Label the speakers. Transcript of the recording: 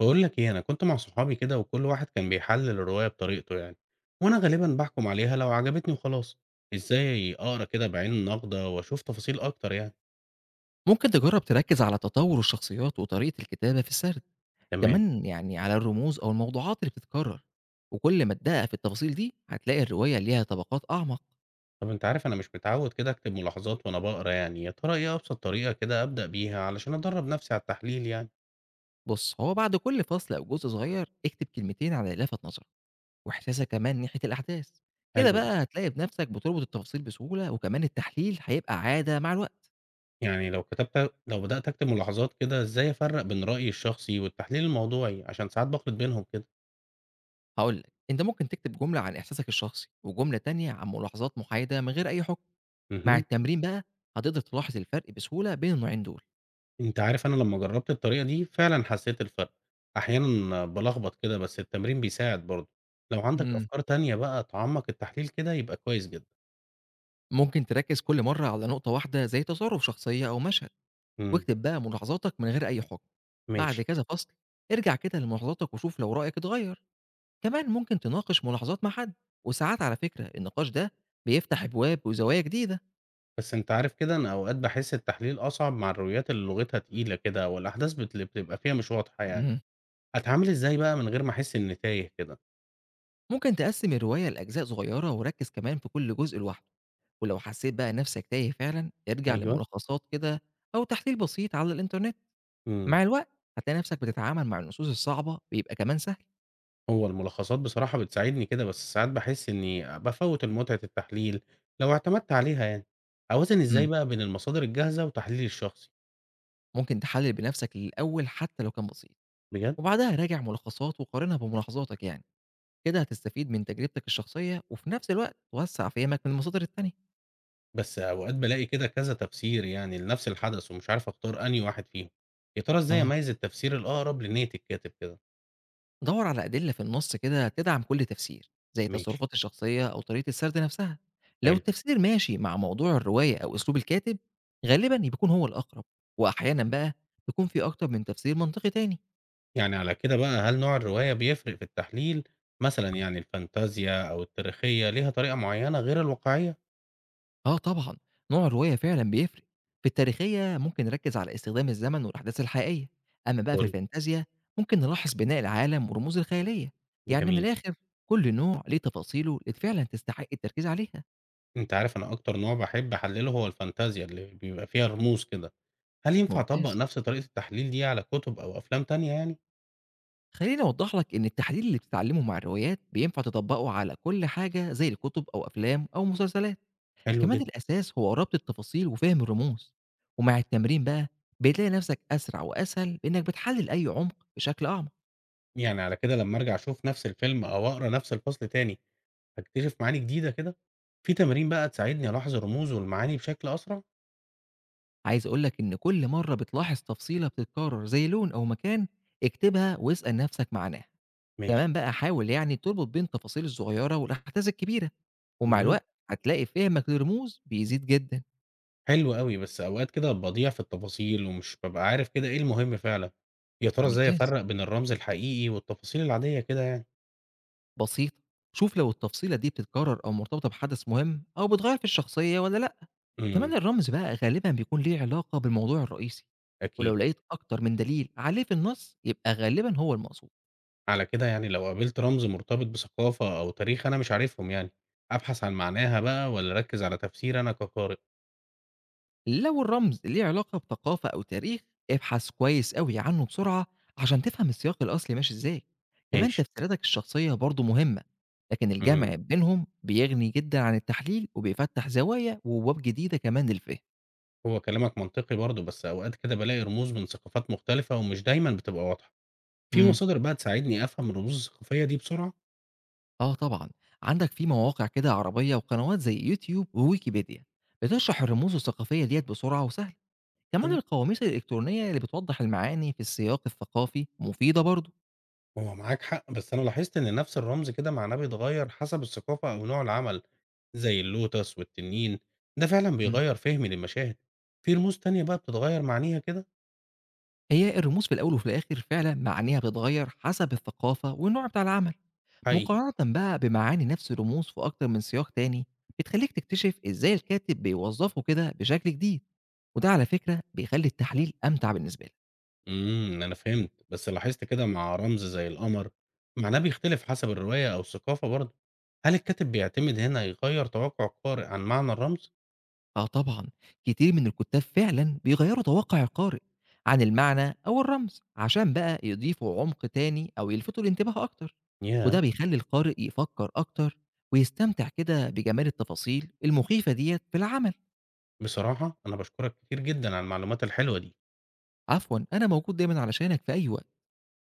Speaker 1: باقول لك إيه، أنا كنت مع صحابي كده وكل واحد كان بيحلل الرواية بطريقته يعني، وأنا غالبًا باحكم عليها لو عجبتني وخلاص، إزاي أقرا كده بعين ناقدة وأشوف تفاصيل أكتر يعني؟
Speaker 2: ممكن تجرب تركز على تطور الشخصيات وطريقة الكتابة في السرد،
Speaker 1: تمام،
Speaker 2: كمان يعني على الرموز أو الموضوعات اللي بتتكرر. وكل ما تدقق في التفاصيل دي هتلاقي الرواية ليها طبقات أعمق.
Speaker 1: طب أنت عارف أنا مش متعود كده أكتب ملاحظات وأنا باقرا يعني، يا ترى إيه أبسط طريقة كده أبدأ بيها علشان أدرب نفسي على التحليل يعني؟
Speaker 2: بص، هو بعد كل فصل أو جزء صغير اكتب كلمتين على اللي لفت نظرك وإحساسك كمان ناحية الأحداث. كده
Speaker 1: حلو ده،
Speaker 2: بقى هتلاقي بنفسك بتربط التفاصيل بسهولة، وكمان التحليل هيبقى عادة مع الوقت.
Speaker 1: يعني لو كتبت لو بدأت أكتب ملاحظات كده إزاي أفرق بين رأيي الشخصي والتحليل الموضوعي عشان ساعات باخلط بينهم كده؟
Speaker 2: هقولك أنت ممكن تكتب جملة عن إحساسك الشخصي وجملة تانية عن ملاحظات محايدة من غير أي حكم. مع
Speaker 1: اهم.
Speaker 2: التمرين بقى هتقدر تلاحظ الفرق بسهولة بين النوعين دول.
Speaker 1: أنت عارف أنا لمّا جرّبت الطريقة دي فعلًا حسّيت الفرق، أحيانًا بالخبط كده بس التمرين بيساعد برضه، لو عندك
Speaker 2: مم.
Speaker 1: أفكار تانية بقى تعمّق التحليل كده يبقى كويس جدًا.
Speaker 2: ممكن تركز كل مرة على نقطة واحدة زي تصرف شخصية أو مشهد،
Speaker 1: إمم،
Speaker 2: واكتب بقى ملاحظاتك من غير أي حكم.
Speaker 1: ماشي،
Speaker 2: بعد كذا فصل ارجع كده لملاحظاتك وشوف لو رأيك اتغير. كمان ممكن تناقش ملاحظات مع حد، وساعات على فكرة النقاش ده بيفتح أبواب وزوايا جديدة.
Speaker 1: بس أنت عارف كده أنا أوقات باحس التحليل أصعب مع الروايات اللي لغتها تقيلة كده أو الأحداث اللي بتبقى فيها مش واضحة يعني،
Speaker 2: مم.
Speaker 1: أتعامل إزاي بقى من غير ما أحس إنّي تايه كده؟
Speaker 2: ممكن تقسم الرواية لأجزاء صغيرة وركز كمان في كل جزء لوحده. ولو حسيت بقى نفسك تايه فعلا ارجع
Speaker 1: أيوه،
Speaker 2: لملخصات كده، أو تحليل بسيط على الإنترنت.
Speaker 1: إمم.
Speaker 2: مع الوقت هتلاقي نفسك بتتعامل مع النصوص الصعبة بيبقى كمان سهل.
Speaker 1: هو الملخصات بصراحة بتساعدني كده بس ساعات باحس إني بافوّت متعة التحليل لو اعتمدت عليها يعني، أوازن إزاي
Speaker 2: مم.
Speaker 1: بقى بين المصادر الجاهزة وتحليلي الشخصي؟
Speaker 2: ممكن تحلل بنفسك الأول حتى لو كان بسيط،
Speaker 1: بجد؟
Speaker 2: وبعدها راجع ملخصات وقارنها بملاحظاتك يعني. كده هتستفيد من تجربتك الشخصية وفي نفس الوقت توسع فهمك من المصادر التانية.
Speaker 1: بس أوقات بالاقي كده كذا تفسير يعني لنفس الحدث ومش عارف أختار أنهي واحد فيهم، يا ترى إزاي
Speaker 2: اه،
Speaker 1: أميّز التفسير الأقرب لنية الكاتب كده؟
Speaker 2: دور على أدلة في النص كده تدعم كل تفسير زي
Speaker 1: ماشي،
Speaker 2: التصرفات الشخصية أو طريقة السرد نفسها. لو
Speaker 1: حلو،
Speaker 2: التفسير ماشي مع موضوع الرواية أو أسلوب الكاتب غالبا بيكون هو الأقرب، وأحيانا بقى بيكون في أكتر من تفسير منطقي تاني.
Speaker 1: يعني على كده بقى هل نوع الرواية بيفرق في التحليل؟ مثلًا يعني الفانتازيا أو التاريخية ليها طريقة معيّنة غير الواقعية؟
Speaker 2: آه طبعًا، نوع الرواية فعلًا بيفرق، في التاريخية ممكن نركّز على استخدام الزمن والأحداث الحقيقية، أمّا بقى في
Speaker 1: قُل لي.
Speaker 2: الفانتازيا ممكن نلاحظ بناء العالم ورموز الخيالية، يعني من
Speaker 1: جميل.
Speaker 2: الآخر كل نوع ليه تفاصيله اللي فعلًا تستحق التركيز عليها.
Speaker 1: أنت عارف أنا أكتر نوع باحب أحلّله هو الفانتازيا اللي بيبقى فيها رموز كده، هل ينفع أطبّق
Speaker 2: ممتاز.
Speaker 1: نفس طريقة التحليل دي على كُتب أو أفلام تانية يعني؟
Speaker 2: خلّيني أوضّح لك إن التحليل اللي بتتعلمه مع الروايات بينفع تطبّقه على كل حاجة زي الكتب أو أفلام أو مسلسلات.
Speaker 1: حلو
Speaker 2: كمان
Speaker 1: جدًا،
Speaker 2: الأساس هو ربط التفاصيل وفهم الرموز، ومع التمرين بقى بتلاقي نفسك أسرع وأسهل لإنك بتحلّل أي عمق بشكل أعمق.
Speaker 1: يعني على كده لمّا أرجع أشوف نفس الفيلم أو أقرا نفس الفصل تاني، هاكتشف معاني جديدة كده؟ في تمارين بقى تساعدني ألاحظ الرموز والمعاني بشكل أسرع؟
Speaker 2: عايز أقول لك إن كل مرة بتلاحظ تفصيلة بتتكرر زي لون أو مكان اكتبها واسأل نفسك معناها.
Speaker 1: ماشي،
Speaker 2: كمان بقى حاول يعني تربط بين التفاصيل الصغيرة والأحداث الكبيرة، ومع
Speaker 1: اهم،
Speaker 2: الوقت هتلاقي فهمك للرموز بيزيد جدا.
Speaker 1: حلو أوي، بس أوقات كده باضيع في التفاصيل ومش بابقى عارف كده إيه المهم فعلًا، يا ترى إزاي
Speaker 2: ممتاز.
Speaker 1: أفرّق بين الرمز الحقيقي والتفاصيل العادية كده يعني؟
Speaker 2: بسيطة، شوف لو التفصيلة دي بتتكرر أو مرتبطة بحدث مهم أو بتغير في الشخصية ولا لأ. كمان
Speaker 1: إمم،
Speaker 2: الرمز بقى غالبا بيكون ليه علاقة بالموضوع الرئيسي، ولو
Speaker 1: أكيد.
Speaker 2: لقيت أكتر من دليل عليه في النص يبقى غالبا هو المقصود.
Speaker 1: على كده يعني لو قابلت رمز مرتبط بثقافة أو تاريخ أنا مش عارفهم يعني أبحث عن معناها بقى ولا أركز على تفسير أنا كقارئ؟
Speaker 2: لو الرمز ليه علاقة بثقافة أو تاريخ ابحث كويس قوي عنه بسرعة عشان تفهم السياق الأصلي ماشي إزاي. كمان
Speaker 1: ماشي
Speaker 2: تفسيراتك الشخصية برضو مهمة، لكن
Speaker 1: مم.
Speaker 2: الجمع بينهم بيغني جدا عن التحليل وبيفتح زوايا وابواب جديدة كمان للفهم.
Speaker 1: هو كلامك منطقي برضه بس أوقات كده بلاقي رموز من ثقافات مختلفة ومش دايما بتبقى واضحة في
Speaker 2: امم
Speaker 1: مصادر بقى تساعدني أفهم الرموز الثقافية دي بسرعة؟
Speaker 2: آه طبعا، عندك في مواقع كده عربية وقنوات زي يوتيوب وويكيبيديا بتشرح الرموز الثقافية ديت بسرعة وسهل. كمان
Speaker 1: أن-
Speaker 2: القواميس الإلكترونية اللي بتوضح المعاني في السياق الثقافي مفيدة برضو.
Speaker 1: هو معاك حق بس أنا لاحظت إن نفس الرمز كده معناه بيتغير حسب الثقافة أو نوع العمل زي اللوتس والتنين ده فعلا بيغير فهمي للمشاهد في رموز تانية بقى بتتغير معانيها كده؟
Speaker 2: هي الرموز في الأول وفي الآخر فعلًا معانيها بتتغيّر حسب الثقافة والنوع بتاع العمل،
Speaker 1: حقيقي
Speaker 2: مقارنة بقى بمعاني نفس الرموز في أكتر من سياق تاني، بتخلّيك تكتشف إزاي الكاتب بيوظّفه كده بشكل جديد، وده على فكرة بيخلّي التحليل أمتع بالنسبة لك.
Speaker 1: إمم، أنا فهمت، بس لاحظت كده مع رمز زي القمر معناه بيختلف حسب الرواية أو الثقافة برضه، هل الكاتب بيعتمد هنا يغيّر توقع القارئ عن معنى الرمز؟
Speaker 2: آه طبعًا، كتير من الكتاب فعلًا بيغيّروا توقّع القارئ عن المعنى أو الرمز، عشان بقى يضيفوا عمق تاني أو يلفتوا الانتباه أكتر، وده
Speaker 1: ياه!
Speaker 2: بيخلّي القارئ يفكّر أكتر ويستمتع كده بجمال التفاصيل المخيفة ديّة في العمل.
Speaker 1: بصراحة أنا باشكرك كتير جدًا على المعلومات الحلوة دي.
Speaker 2: عفوًا، أنا موجود دايمًا علشانك في أي وقت.